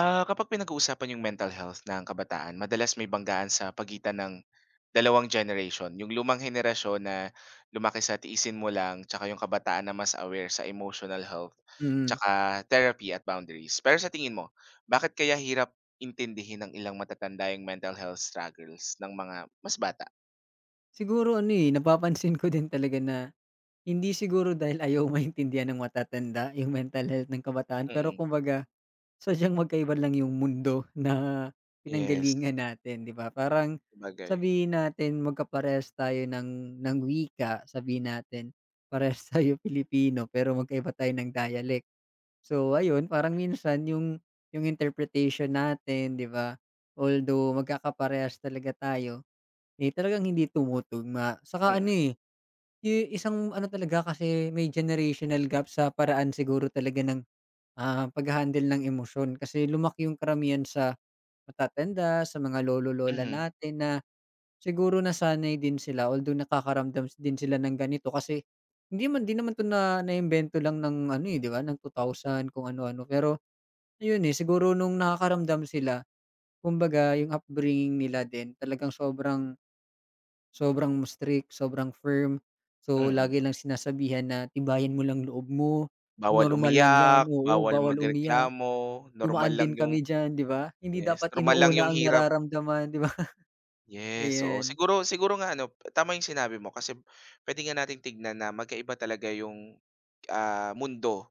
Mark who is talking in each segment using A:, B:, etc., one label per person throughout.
A: Ah, kapag pinag-uusapan yung mental health ng kabataan, madalas may banggaan sa pagitan ng dalawang generation. Yung lumang henerasyon na lumaki sa tiisin mo lang, tsaka yung kabataan na mas aware sa emotional health,
B: Mm.
A: tsaka therapy at boundaries. Pero sa tingin mo, bakit kaya hirap intindihin ng ilang matatanda yung mental health struggles ng mga mas bata?
B: Siguro ano, eh, napapansin ko din talaga na hindi siguro dahil ayaw maintindihan ng matatanda yung mental health ng kabataan, pero
A: Mm.
B: kumbaga sadyang magkaiba lang yung mundo na
A: Yes,
B: pinanggalingan natin, 'di ba? Parang
A: bagay.
B: sabihin natin magkaparehas tayo ng wika, sabihin natin parehas tayo Pilipino pero magkaiba tayo ng dialect. So ayun, parang minsan yung interpretation natin, 'di ba? Although magkakaparehas talaga tayo, eh, talagang hindi tumutugma. Saka
A: Mm,
B: ano, eh, yung isang ano talaga kasi may generational gap sa paraan siguro talaga ng, pagha-handle ng emosyon. Kasi lumaki yung karamihan sa matatanda, sa mga lolo-lola
A: mhm,
B: natin na siguro nasanay din sila although nakakaramdam din sila ng ganito kasi hindi man din naman 'to na naimbento lang ng ano, eh, 'di ba, ng 2000 kung ano-ano. Pero ayun, eh, siguro nung nakakaramdam sila kumbaga yung upbringing nila din talagang sobrang, sobrang strict, sobrang firm. So,
A: mm.
B: lagi lang sinasabihan na, "Tibayan mo lang loob mo,
A: Bawal
B: normal lang yan,
A: umiyak,
B: oo,
A: bawal
B: bawal umiyak,
A: magreklamo, normal
B: dumaan
A: lang
B: din
A: yung
B: kami diyan." 'Di ba? Hindi
A: yes,
B: dapat
A: normal lang yung
B: inuuna ang
A: hirap.
B: nararamdaman, 'di ba?
A: Yes, oo.
B: Ayan,
A: Siguro siguro nga ano, tama yung sinabi mo kasi puwede nga nating tignan na magkaiba talaga yung, mundo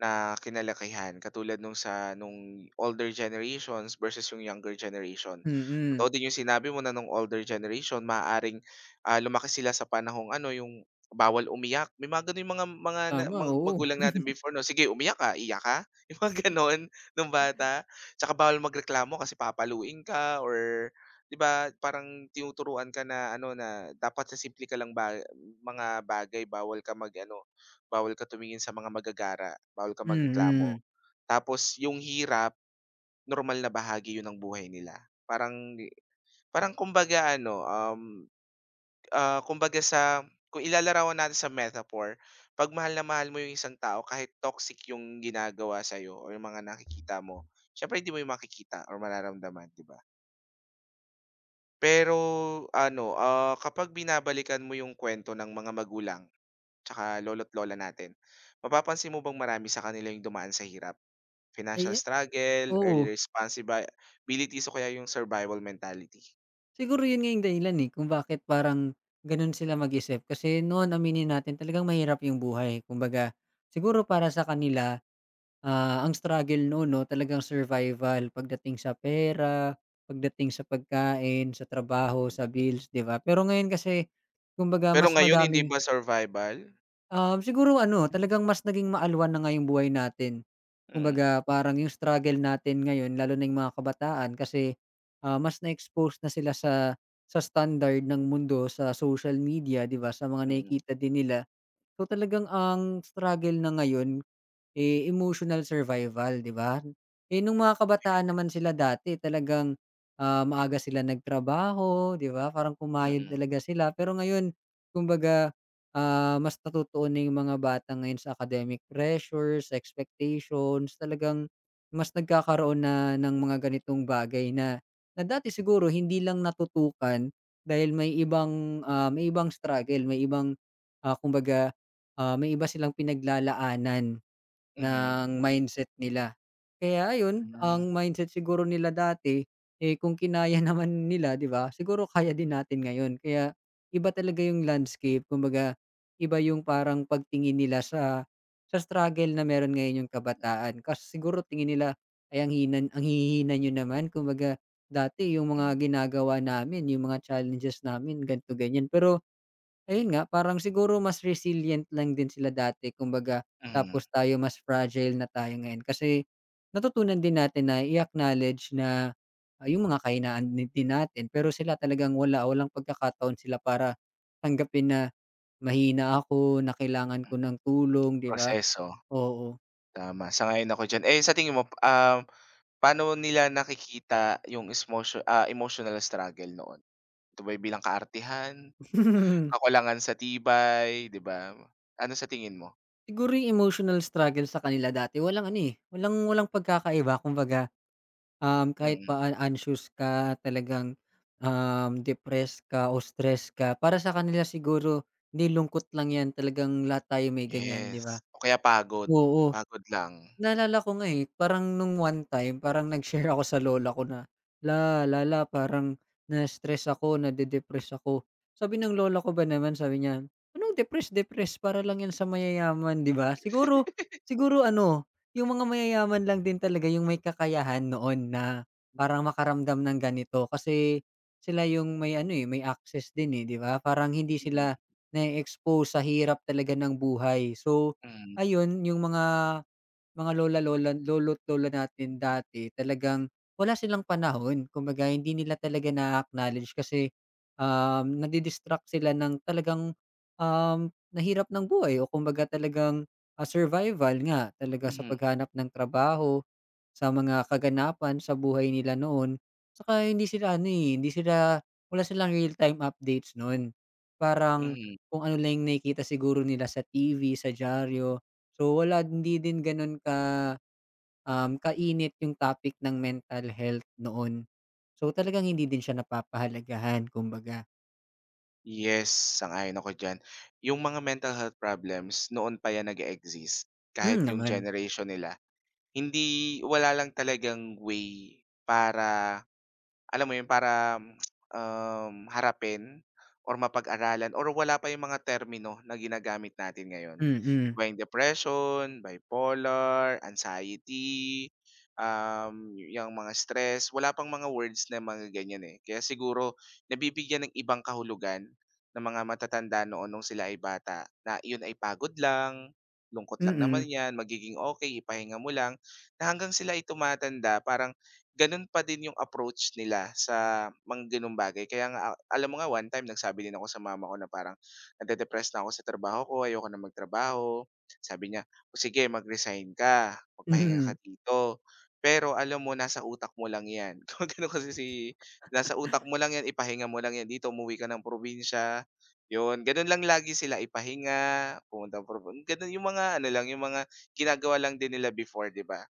A: na kinalakihan katulad nung sa nung older generations versus yung younger generation.
B: mm.
A: Totoo din yung sinabi mo na nung older generation maaaring, lumaki sila sa panahong ano yung bawal umiyak, may mga gano'n yung mga mga na
B: Tama,
A: mga
B: oo.
A: magulang natin before, 'no? "Sige umiyak ka, iyak ka." Yung mga gano'n nung bata. Tsaka bawal magreklamo kasi papaluin ka or, 'di ba, parang tinuturuan ka na ano na dapat sa simple ka lang ba mga bagay bawal ka mag ano. Bawal ka tumingin sa mga magagara, bawal ka magreklamo.
B: Mm.
A: Tapos yung hirap, normal na bahagi 'yun ng buhay nila. Parang parang kumbaga ano, kumbaga sa, kung ilalarawan natin sa metaphor, 'pag mahal na mahal mo yung isang tao kahit toxic yung ginagawa sa iyo o yung mga nakikita mo, siyempre hindi mo yun makikita or mararamdaman, 'di ba? Pero ano, kapag binabalikan mo yung kwento ng mga magulang 'tsaka lolo't lola natin, mapapansin mo bang marami sa kanila yung dumaan sa hirap? Financial
B: Aya
A: struggle, early
B: oo.
A: responsibilities, bilities o kaya yung survival mentality.
B: Siguro yun nga yung dahilan, eh, kung bakit parang ganun sila mag-isip kasi noon aminin natin talagang mahirap yung buhay. Kumbaga, siguro para sa kanila, ang struggle noon 'no, talagang survival pagdating sa pera, pagdating sa pagkain, sa trabaho,
A: Hmm,
B: sa bills, 'di ba? Pero ngayon kasi kumbaga
A: pero
B: mas
A: ngayon hindi
B: madaming,
A: ba survival?
B: siguro ano, talagang mas naging maalwan na nga yung buhay natin.
A: Mhm.
B: Kumbaga parang yung struggle natin ngayon lalo na yung mga kabataan kasi, mas na-expose na sila sa standard ng mundo sa social media, 'di ba, sa mga
A: Mm,
B: nakikita din nila. So, talagang ang struggle na ngayon, eh, emotional survival, 'di ba? Eh, nung mga kabataan naman sila dati talagang, maaga sila nagtrabaho, 'di ba? Parang
A: mm,
B: kumayod
A: mm,
B: talaga sila. Pero ngayon kumbaga, mas natutuon na yung mga bata ngayon sa academic pressures, expectations. Talagang mas nagkakaroon na ng mga ganitong bagay na na dati siguro hindi lang natutukan dahil may ibang, may ibang struggle, may ibang, kumbaga, may iba silang pinaglalaanan.
A: mhm,
B: Ng mindset nila. Kaya ayun,
A: hmm,
B: ang mindset siguro nila dati, eh, kung kinaya naman nila, 'di ba, siguro kaya din natin ngayon. Kaya iba talaga yung landscape, kumbaga iba yung parang pagtingin nila sa struggle na meron ngayon yung kabataan. Kasi siguro tingin nila, "Ay ang hina ang hihina niyo naman, kumbaga dati yung
A: hmm,
B: mga ginagawa namin, yung mga challenges namin ganto ganyan." Pero ayun nga, parang siguro mas resilient lang din sila dati kumbaga,
A: mhm,
B: tapos tayo mas fragile na tayo ngayon. Kasi natutunan din natin na i-acknowledge na, yung mga kahinaan ni din natin pero sila talagang walang pagkakataon sila para tanggapin na mahina ako, na kailangan ko ng tulong, 'di ba?
A: proseso,
B: Oo.
A: tama, sang-ayon ako diyan. Eh, sa tingin mo, paano nila nakikita yung emotional struggle noon? Ito ba'y bilang kaartehan, kakulangan sa tibay, 'di ba? Ano sa tingin mo?
B: Siguro yung emotional struggle sa kanila dati walang ano, eh, walang walang pagkakaiba kumbaga. Kahit
A: Mm,
B: pa anxious ka, talagang, depressed ka o stress ka, para sa kanila siguro, hindi lungkot lang 'yan, talagang lahat tayo may ganyan, 'di
A: yes
B: ba?
A: o kaya pagod,
B: Oo.
A: pagod lang.
B: Naalala ko nga, eh, parang nung one time parang nag-share ako sa lola ko na, "Lala, parang na-stress ako, nade-depress ako." Sabi ng lola ko ba naman sabi niya, "Anong depress-depress para lang 'yan sa mayayaman, 'di ba?" Siguro siguro ano, yung mga mayayaman lang din talaga yung may kakayahan noon na parang makaramdam ng ganito kasi sila yung may ano, eh, may access din, eh, 'di ba? Parang hindi
A: Mm,
B: sila na expose sa hirap talaga ng buhay. So,
A: mhm,
B: ayun yung mga lolo't lola natin dati talagang wala silang panahon. Kumbaga hindi nila talaga na acknowledge kasi, nadi-distract sila ng talagang, nahirap ng buhay o kumbaga talagang, survival nga talaga sa
A: mhm,
B: paghanap ng trabaho, sa mga kaganapan sa buhay nila noon. Tsaka hindi sila ano, eh, hindi sila wala silang real-time updates nun. Parang
A: mhm.
B: kung ano lang yung nakikita siguro nila sa TV, sa dyaryo. So wala, hindi din gano'n ka, kainit yung topic ng mental health noon. So talagang hindi din siya napapahalagahan kumbaga.
A: Yes, sang-ayon ako diyan. Yung mga mental health problems noon pa yan nag-e-exist, kahit
B: Hmm,
A: yung
B: naman.
A: generation nila. Hindi, wala lang talagang way para, alam mo yun, para, harapin or mapag-aralan or wala pa yung mga termino na ginagamit natin ngayon. 'Di
B: Mm,
A: yung depression, bipolar, anxiety, yang mga stress, wala pang mga words na mga ganyan, eh. Kaya siguro nabibigyan ng ibang kahulugan ng mga matatanda noon nung sila ay bata na yun ay pagod lang, lungkot lang
B: mm,
A: naman yan, magiging okay, ipahinga mo lang, na hanggang sila ay tumatanda parang gano'n pa din yung approach nila sa mga gano'ng bagay. Kaya nga, alam mo nga one time nagsabi din ako sa mama ko na parang, "Nade depress na ako sa trabaho ko, ayoko na magtrabaho." Sabi niya, "O sige mag-resign ka, magpahinga
B: mm,
A: ka dito. Pero alam mo nasa utak mo lang 'yan." Kung Gumagano kasi si, "Nasa utak mo lang 'yan, ipahinga mo lang 'yan dito, umuwi ka ng probinsya." 'Yun, gano'n lang lagi sila, ipahinga, pumunta ng gano'n yung mga ano lang, yung mga ginagawa lang din nila before, 'di ba?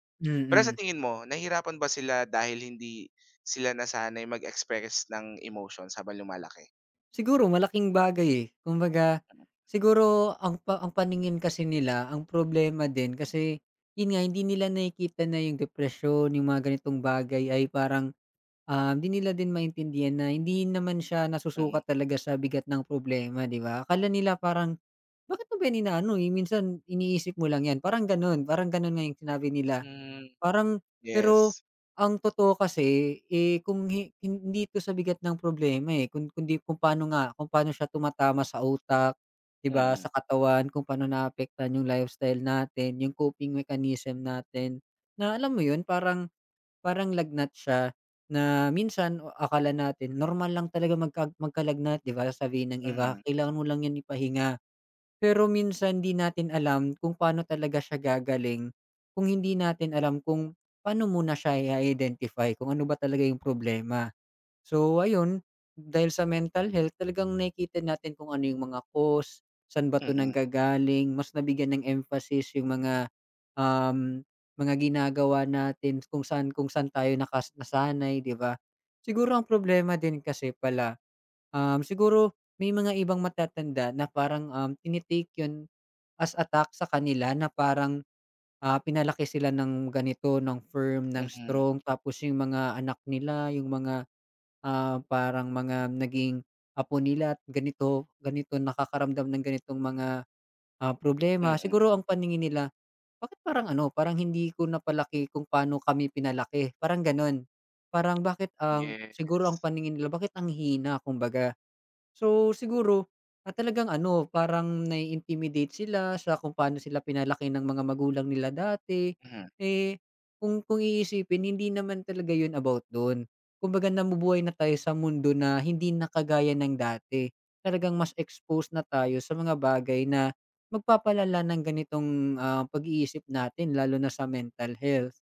A: Pero sa
B: mm.
A: tingin mo, nahihirapan ba sila dahil hindi sila nasanay mag-express ng emotions habang lumalaki?
B: Siguro malaking bagay, eh. Kumbaga, siguro ang paningin kasi nila, ang problema din kasi, yun nga hindi nila nakikita na yung depression yung mga ganitong bagay ay parang hindi nila din maintindihan na hindi naman siya
A: Mm.
B: nasusukat talaga sa bigat ng problema, 'di ba? Akala nila parang, "Bakit mo ba inaano, eh, minsan iniisip mo lang 'yan." Parang gano'n nga yung sinabi nila.
A: Hmm,
B: Parang pero
A: yes.
B: ang totoo kasi, eh, kung hindi 'to sa bigat ng problema, eh, kung kundi kung paano nga, kung paano siya tumatama sa utak, 'di ba, sa
A: Mm,
B: katawan, kung paano naapektuhan yung lifestyle natin, yung coping mechanism natin, na alam mo 'yun, parang Parang lagnat siya na minsan akala natin normal lang talaga magkalagnat, 'di ba? Sasabihin ng iba,
A: mhm,
B: "Kailangan mo lang 'yan ipahinga." Pero minsan 'di natin alam kung paano talaga siya gagaling, kung hindi natin alam kung paano muna siya i-identify, kung ano ba talaga yung problema. So ayun, dahil sa mental health talagang nakikita natin kung ano yung mga cause, saan ba 'to
A: mm,
B: nanggagaling, mas nabigyan ng emphasis yung mga, um, mga ginagawa natin kung saan tayo nasanay, 'di ba? Siguro ang problema din kasi pala, siguro may mga ibang matatanda na parang, yun as attack sa kanila na parang, pinalaki sila ng ganito, ng firm, ng
A: mhm,
B: strong tapos yung mga anak nila, yung mga parang mga naging apo nila at ganito, ganito nakakaramdam ng ganitong mga, problema.
A: mm.
B: Siguro ang paningin nila, bakit parang ano, parang hindi ko napalaki kung paano kami pinalaki, parang gano'n. Parang bakit siguro ang
A: Yes.
B: paningin nila, bakit ang hina kumbaga. So, siguro, talagang ano, parang nai-intimidate sila sa kung paano sila pinalaki ng mga magulang nila dati.
A: Mhm,
B: Eh, kung iisipin, hindi naman talaga 'yun about do'n. Kumbaga namubuhay na tayo sa mundo na hindi na kagaya ng dati. Talagang mas exposed na tayo sa mga bagay na magpapalala ng ganitong, pag-iisip natin lalo na sa mental health.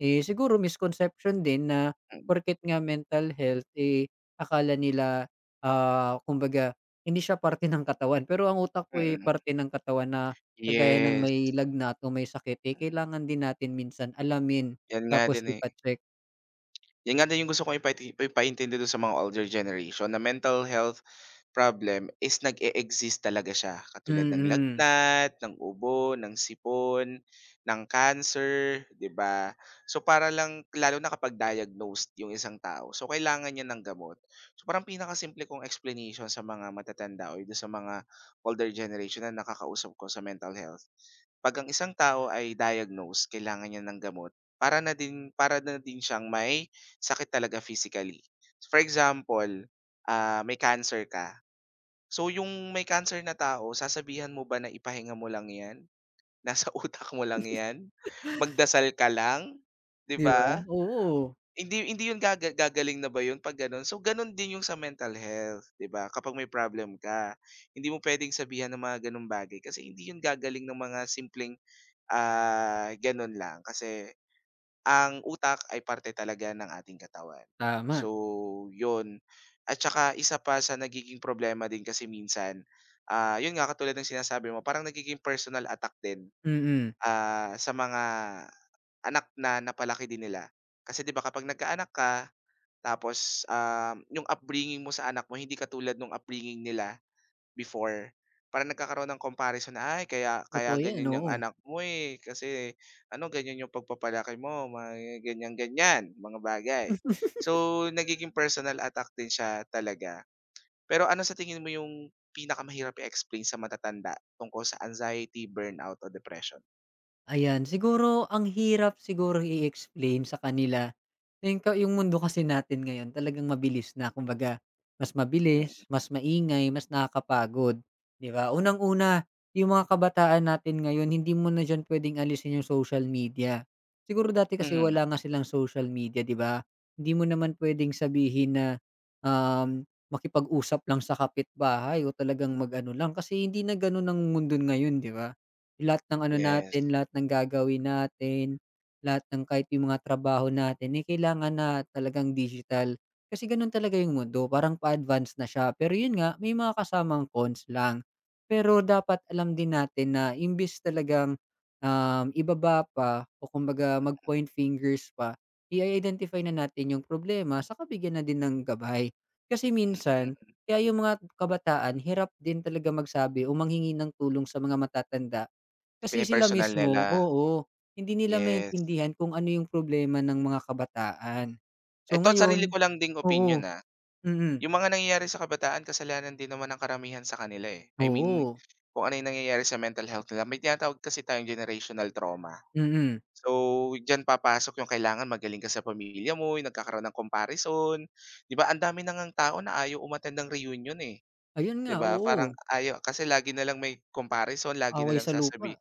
B: Eh, siguro misconception din na
A: mm,
B: porket nga mental health, eh, akala nila, kumbaga hindi siya parte ng katawan, pero ang utak ko, eh,
A: mm.
B: parte ng katawan na kagaya ng
A: Yes.
B: may lagnat o may sakit, eh,
A: Hmm,
B: kailangan din natin minsan alamin
A: 'yan nga
B: tapos
A: din, eh. Yun nga din yung gusto kong ipaintindi dun sa mga older generation na mental health problem is nag-e-exist talaga siya, katulad ng
B: Mm,
A: lagnat, ng ubo, ng sipon, ng cancer, 'di ba? So, para lang lalo na kapag diagnosed yung isang tao, so kailangan niya ng gamot. So, parang pinakasimple kong explanation sa mga matatanda o dun sa mga older generation na nakakausap ko sa mental health, 'pag ang isang tao ay diagnosed, kailangan niya ng gamot para na din siyang may sakit talaga physically. For example, ah, may cancer ka. So, yung may cancer na tao, sasabihan mo ba na ipahinga mo lang 'yan? Nasa utak mo lang 'yan? Magdasal ka lang, 'di
B: 'di ba?
A: ba?
B: Oo,
A: Hindi hindi 'yun gagaling na ba 'yun 'pag gano'n? So, gano'n din yung sa mental health, 'di ba? Kapag may problem ka, hindi mo puwedeng sabihan ng mga gano'ng bagay kasi hindi 'yun gagaling ng mga simpleng, ah, gano'n lang kasi ang utak ay parte talaga ng ating katawan.
B: tama.
A: So, 'yun. At saka isa pa sa nagiging problema din kasi minsan, ah, 'yun nga katulad ng sinasabi mo parang nagiging personal attack din,
B: Mm,
A: ah, sa mga anak na napalaki din nila. Kasi 'di ba kapag nagkaanak ka tapos, 'yung upbringing mo sa anak mo hindi katulad nung upbringing nila before. Parang nagkakaroon ng comparison na, "Ay kaya kaya
B: totoo 'yan,
A: ganyan yung
B: oo.
A: anak mo, eh, kasi ano ganyan yung pagpapalaki mo, mga ganyan-ganyan," mga bagay. So, nagiging personal attack din siya talaga. Pero ano sa tingin mo yung pinakamahirap i-explain sa matatanda tungkol sa anxiety, burnout o depression?
B: Ayan, siguro ang hirap siguro i-explain sa kanila. Yung mundo kasi natin ngayon talagang mabilis na. Kumbaga, mas
A: Mm,
B: mabilis, mas maingay, mas nakakapagod, 'di ba? Unang-una, yung mga kabataan natin ngayon hindi mo na diyan puwedeng alisin yung social media. Siguro dati kasi
A: mhm,
B: wala nga silang social media, 'di ba? Hindi mo naman puwedeng sabihin na, um, makipag-usap lang sa kapitbahay o talagang mag-ano lang kasi hindi na gano'n ang mundo ngayon, 'di ba? Lahat ng ano natin,
A: yes.
B: lahat ng gagawin natin, lahat ng kahit yung mga trabaho natin, eh, kailangan na talagang digital. Kasi ganun talaga yung mundo, parang pa-advance na siya. Pero yun nga, may mga kasamang cons lang. Pero dapat alam din natin na imbis talagang, ibaba pa o kumbaga mag-point fingers pa, i-identify na natin yung problema sa bigyan na din ng gabay. Kasi minsan,
A: Hmm,
B: kaya yung mga kabataan hirap din talaga magsabi o manghingi ng tulong sa mga matatanda kasi sila
A: pini-personal
B: mismo,
A: nila,
B: oo, hindi nila
A: yes.
B: maintindihan kung ano yung problema ng mga kabataan. So
A: Eto sarili
B: ngayon,
A: ko lang ding opinyon,
B: oo,
A: ah.
B: mm,
A: Yung mga nangyayari sa kabataan kasalanan din naman ng karamihan sa kanila, eh. I mean,
B: oo,
A: kung ano yung nangyayari sa mental health nila, may tinatawag kasi tayong generational trauma.
B: mm.
A: So, diyan papasok yung kailangan magaling ka sa pamilya mo, yung nagkakaroon ng comparison. 'Di ba ang dami na ngang tao na ayaw umattend ng reunion, eh,
B: Ayun nga,
A: 'di ba?
B: oo,
A: Parang ayaw kasi lagi na lang may comparison, lagi na
B: away
A: lang
B: sa lupa.
A: sasabi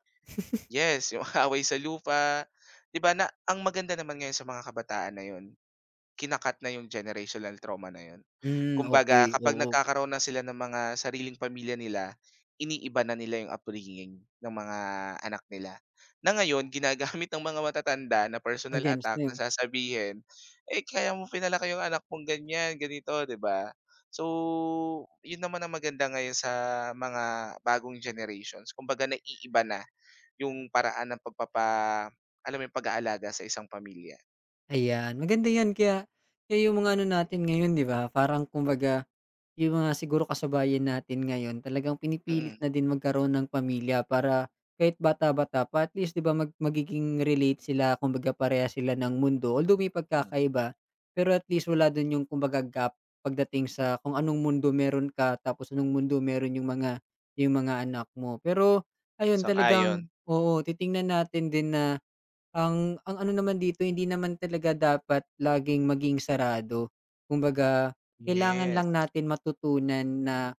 A: yes, yung away sa lupa, 'di ba, na ang maganda naman ngayon sa mga kabataan na 'yun, kinakat na yung generational trauma na yun.
B: Hmm,
A: Kumbaga
B: okey,
A: kapag
B: oo,
A: nagkakaroon na sila ng mga sariling pamilya nila, iniiba na nila yung upbringing ng mga anak nila. Na ngayon ginagamit ng mga matatanda na personal
B: against
A: attack na
B: them.
A: sasabihin, "Eh, kaya mo pinalaki yung anak mong ganyan, ganito." 'Di ba? So, yun naman ang maganda ngayon sa mga bagong generations, kumbaga naiiba na yung paraan ng alam mo yung pag-aalaga sa isang pamilya.
B: Ayan, maganda 'yan, kaya kaya yung mga ano natin ngayon, 'di ba, parang kumbaga yung mga siguro kasabayan natin ngayon talagang pinipilit
A: Mm,
B: na din magkaroon ng pamilya para kahit bata-bata pa at least 'di ba magiging relate sila kumbaga parehas sila ng mundo. Although may
A: mm.
B: pagkakaiba, pero at least wala dun yung kumbaga gap pagdating sa kung anong mundo meron ka tapos anong mundo meron yung mga anak mo. Pero ayun
A: Sang-ayon.
B: talagang, oo, titingnan natin din na ang ano naman dito hindi naman talaga dapat laging maging sarado. Kumbaga, kailangan
A: Yes,
B: lang natin matutunan na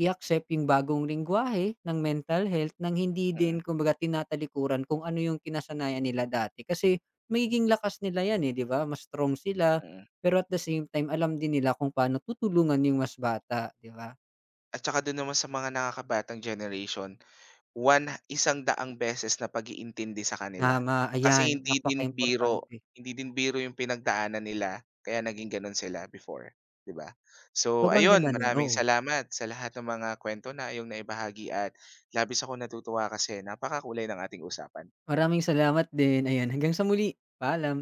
B: i-accept yung bagong lengguwahe ng mental health nang hindi din
A: mm,
B: kumbaga tinatalikuran kung ano yung kinasanayan nila dati. Kasi magiging lakas nila yan, eh, 'di ba? Mas strong sila,
A: mm.
B: pero at the same time alam din nila kung paano tutulungan yung mas bata, 'di ba?
A: At saka dun naman sa mga nakakabatang generation, one 100 beses na pag-iintindi sa kanila.
B: Tama, ayan,
A: Kasi
B: napaka importante.
A: hindi din biro yung pinagdaanan nila kaya naging ganun sila before, 'di ba? So
B: Sobrang
A: ayun,
B: ganda nun,
A: maraming
B: oo.
A: salamat sa lahat ng mga kwento na iyong naibahagi at labis akong natutuwa kasi napakakulay ng ating usapan.
B: Maraming salamat din, ayan, hanggang sa muli, paalam.